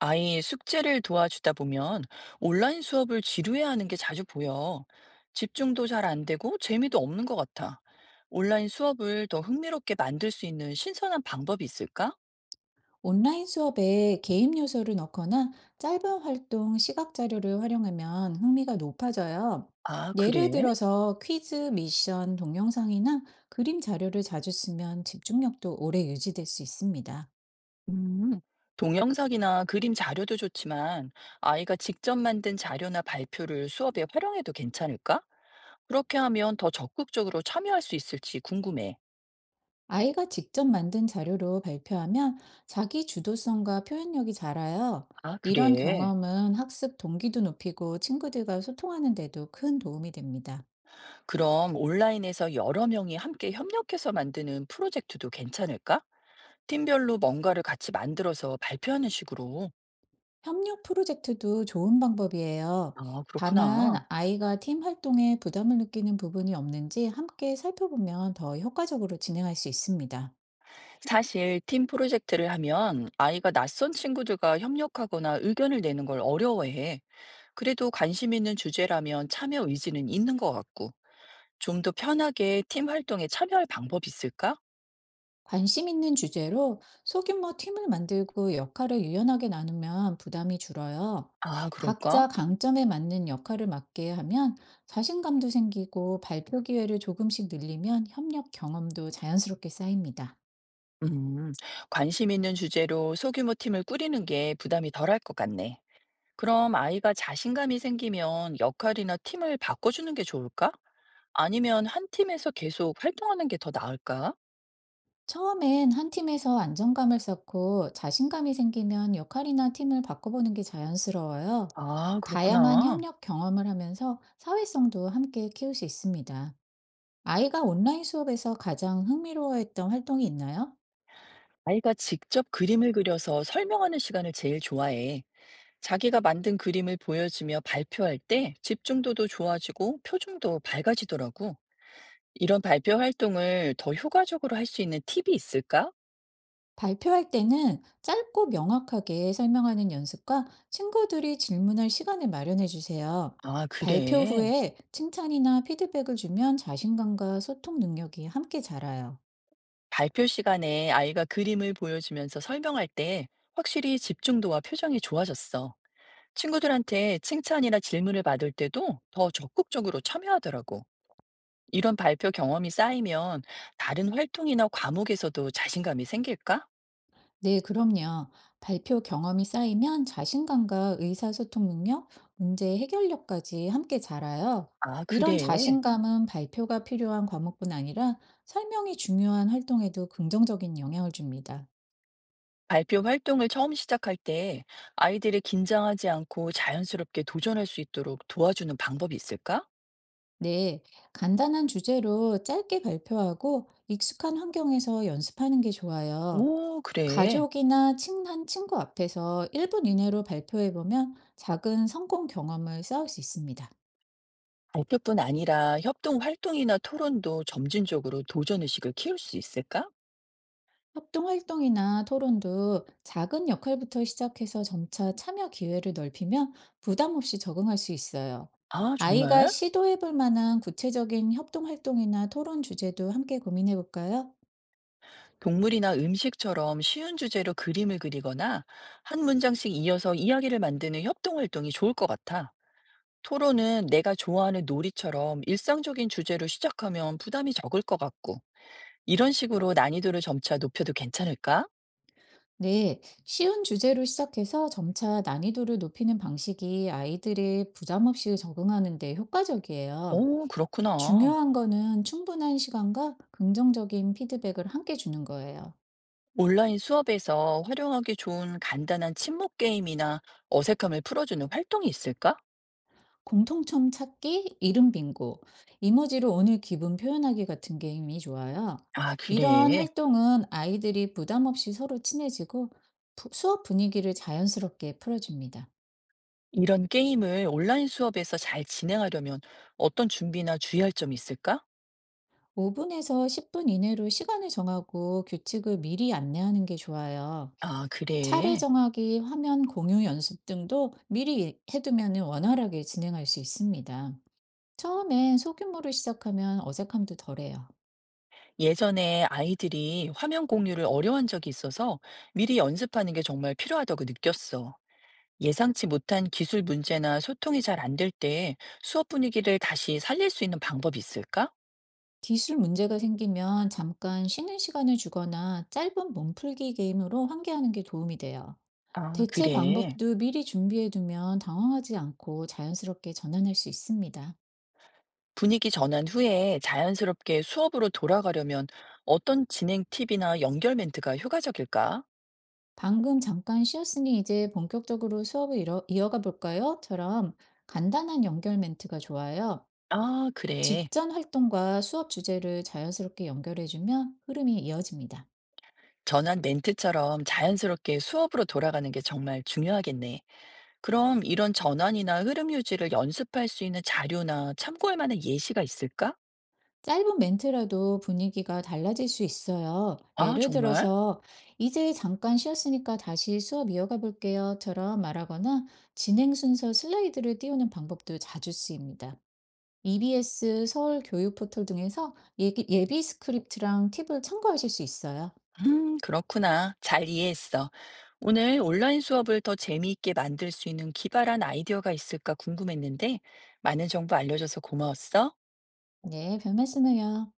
아이 숙제를 도와주다 보면 온라인 수업을 지루해하는 게 자주 보여. 집중도 잘 안 되고 재미도 없는 것 같아. 온라인 수업을 더 흥미롭게 만들 수 있는 신선한 방법이 있을까? 온라인 수업에 게임 요소를 넣거나 짧은 활동 시각 자료를 활용하면 흥미가 높아져요. 아, 예를 그래? 들어서 퀴즈, 미션, 동영상이나 그림 자료를 자주 쓰면 집중력도 오래 유지될 수 있습니다. 음. 동영상이나 그림 자료도 좋지만 아이가 직접 만든 자료나 발표를 수업에 활용해도 괜찮을까? 그렇게 하면 더 적극적으로 참여할 수 있을지 궁금해. 아이가 직접 만든 자료로 발표하면 자기 주도성과 표현력이 자라요. 아, 이런 그래. 경험은 학습 동기도 높이고 친구들과 소통하는 데도 큰 도움이 됩니다. 그럼 온라인에서 여러 명이 함께 협력해서 만드는 프로젝트도 괜찮을까? 팀별로 뭔가를 같이 만들어서 발표하는 식으로. 협력 프로젝트도 좋은 방법이에요. 아, 다만 그렇구나. 아이가 팀 활동에 부담을 느끼는 부분이 없는지 함께 살펴보면 더 효과적으로 진행할 수 있습니다. 사실 팀 프로젝트를 하면 아이가 낯선 친구들과 협력하거나 의견을 내는 걸 어려워해. 그래도 관심 있는 주제라면 참여 의지는 있는 것 같고. 좀 더 편하게 팀 활동에 참여할 방법이 있을까? 관심 있는 주제로 소규모 팀을 만들고 역할을 유연하게 나누면 부담이 줄어요. 아, 그럴까? 각자 강점에 맞는 역할을 맡게 하면 자신감도 생기고 발표 기회를 조금씩 늘리면 협력 경험도 자연스럽게 쌓입니다. 음, 관심 있는 주제로 소규모 팀을 꾸리는 게 부담이 덜할 것 같네. 그럼 아이가 자신감이 생기면 역할이나 팀을 바꿔주는 게 좋을까? 아니면 한 팀에서 계속 활동하는 게 더 나을까? 처음엔 한 팀에서 안정감을 쌓고 자신감이 생기면 역할이나 팀을 바꿔보는 게 자연스러워요. 아, 다양한 그렇구나. 협력 경험을 하면서 사회성도 함께 키울 수 있습니다. 아이가 온라인 수업에서 가장 흥미로워했던 활동이 있나요? 아이가 직접 그림을 그려서 설명하는 시간을 제일 좋아해. 자기가 만든 그림을 보여주며 발표할 때 집중도도 좋아지고 표정도 밝아지더라고. 이런 발표 활동을 더 효과적으로 할 수 있는 팁이 있을까? 발표할 때는 짧고 명확하게 설명하는 연습과 친구들이 질문할 시간을 마련해 주세요. 아, 발표 그래. 후에 칭찬이나 피드백을 주면 자신감과 소통 능력이 함께 자라요. 발표 시간에 아이가 그림을 보여주면서 설명할 때 확실히 집중도와 표정이 좋아졌어. 친구들한테 칭찬이나 질문을 받을 때도 더 적극적으로 참여하더라고. 이런 발표 경험이 쌓이면 다른 활동이나 과목에서도 자신감이 생길까? 네, 그럼요. 발표 경험이 쌓이면 자신감과 의사소통 능력, 문제 해결력까지 함께 자라요. 아, 이런 그래. 자신감은 발표가 필요한 과목뿐 아니라 설명이 중요한 활동에도 긍정적인 영향을 줍니다. 발표 활동을 처음 시작할 때 아이들이 긴장하지 않고 자연스럽게 도전할 수 있도록 도와주는 방법이 있을까? 네, 간단한 주제로 짧게 발표하고 익숙한 환경에서 연습하는 게 좋아요. 오, 그래. 가족이나 친한 친구 앞에서 1분 이내로 발표해보면 작은 성공 경험을 쌓을 수 있습니다. 발표뿐 아니라 협동 활동이나 토론도 점진적으로 도전 의식을 키울 수 있을까? 협동 활동이나 토론도 작은 역할부터 시작해서 점차 참여 기회를 넓히면 부담 없이 적응할 수 있어요. 아, 정말? 아이가 시도해 볼 만한 구체적인 협동 활동이나 토론 주제도 함께 고민해 볼까요? 동물이나 음식처럼 쉬운 주제로 그림을 그리거나 한 문장씩 이어서 이야기를 만드는 협동 활동이 좋을 것 같아. 토론은 내가 좋아하는 놀이처럼 일상적인 주제로 시작하면 부담이 적을 것 같고, 이런 식으로 난이도를 점차 높여도 괜찮을까? 네, 쉬운 주제로 시작해서 점차 난이도를 높이는 방식이 아이들이 부담 없이 적응하는 데 효과적이에요. 오, 그렇구나. 중요한 거는 충분한 시간과 긍정적인 피드백을 함께 주는 거예요. 온라인 수업에서 활용하기 좋은 간단한 친목 게임이나 어색함을 풀어주는 활동이 있을까? 공통점 찾기, 이름 빙고, 이모지로 오늘 기분 표현하기 같은 게임이 좋아요. 아 이러한 그래. 활동은 아이들이 부담 없이 서로 친해지고 수업 분위기를 자연스럽게 풀어줍니다. 이런 게임을 온라인 수업에서 잘 진행하려면 어떤 준비나 주의할 점이 있을까? 5분에서 10분 이내로 시간을 정하고 규칙을 미리 안내하는 게 좋아요. 아, 차례 그래. 정하기, 화면 공유 연습 등도 미리 해두면 원활하게 진행할 수 있습니다. 처음엔 소규모로 시작하면 어색함도 덜해요. 예전에 아이들이 화면 공유를 어려워한 적이 있어서 미리 연습하는 게 정말 필요하다고 느꼈어. 예상치 못한 기술 문제나 소통이 잘 안 될 때 수업 분위기를 다시 살릴 수 있는 방법이 있을까? 기술 문제가 생기면 잠깐 쉬는 시간을 주거나 짧은 몸풀기 게임으로 환기하는 게 도움이 돼요. 아, 대체 그래. 방법도 미리 준비해두면 당황하지 않고 자연스럽게 전환할 수 있습니다. 분위기 전환 후에 자연스럽게 수업으로 돌아가려면 어떤 진행 팁이나 연결 멘트가 효과적일까? 방금 잠깐 쉬었으니 이제 본격적으로 수업을 이어가 볼까요?처럼 간단한 연결 멘트가 좋아요. 아, 그래. 직전 활동과 수업 주제를 자연스럽게 연결해주면 흐름이 이어집니다. 전환 멘트처럼 자연스럽게 수업으로 돌아가는 게 정말 중요하겠네. 그럼 이런 전환이나 흐름 유지를 연습할 수 있는 자료나 참고할 만한 예시가 있을까? 짧은 멘트라도 분위기가 달라질 수 있어요. 아, 예를 정말? 들어서, 이제 잠깐 쉬었으니까 다시 수업 이어가 볼게요.처럼 말하거나 진행 순서 슬라이드를 띄우는 방법도 자주 쓰입니다. EBS 서울 교육 포털 등에서 예비 스크립트랑 팁을 참고하실 수 있어요. 그렇구나. 잘 이해했어. 오늘 온라인 수업을 더 재미있게 만들 수 있는 기발한 아이디어가 있을까 궁금했는데, 많은 정보 알려줘서 고마웠어. 네, 별 말씀을요.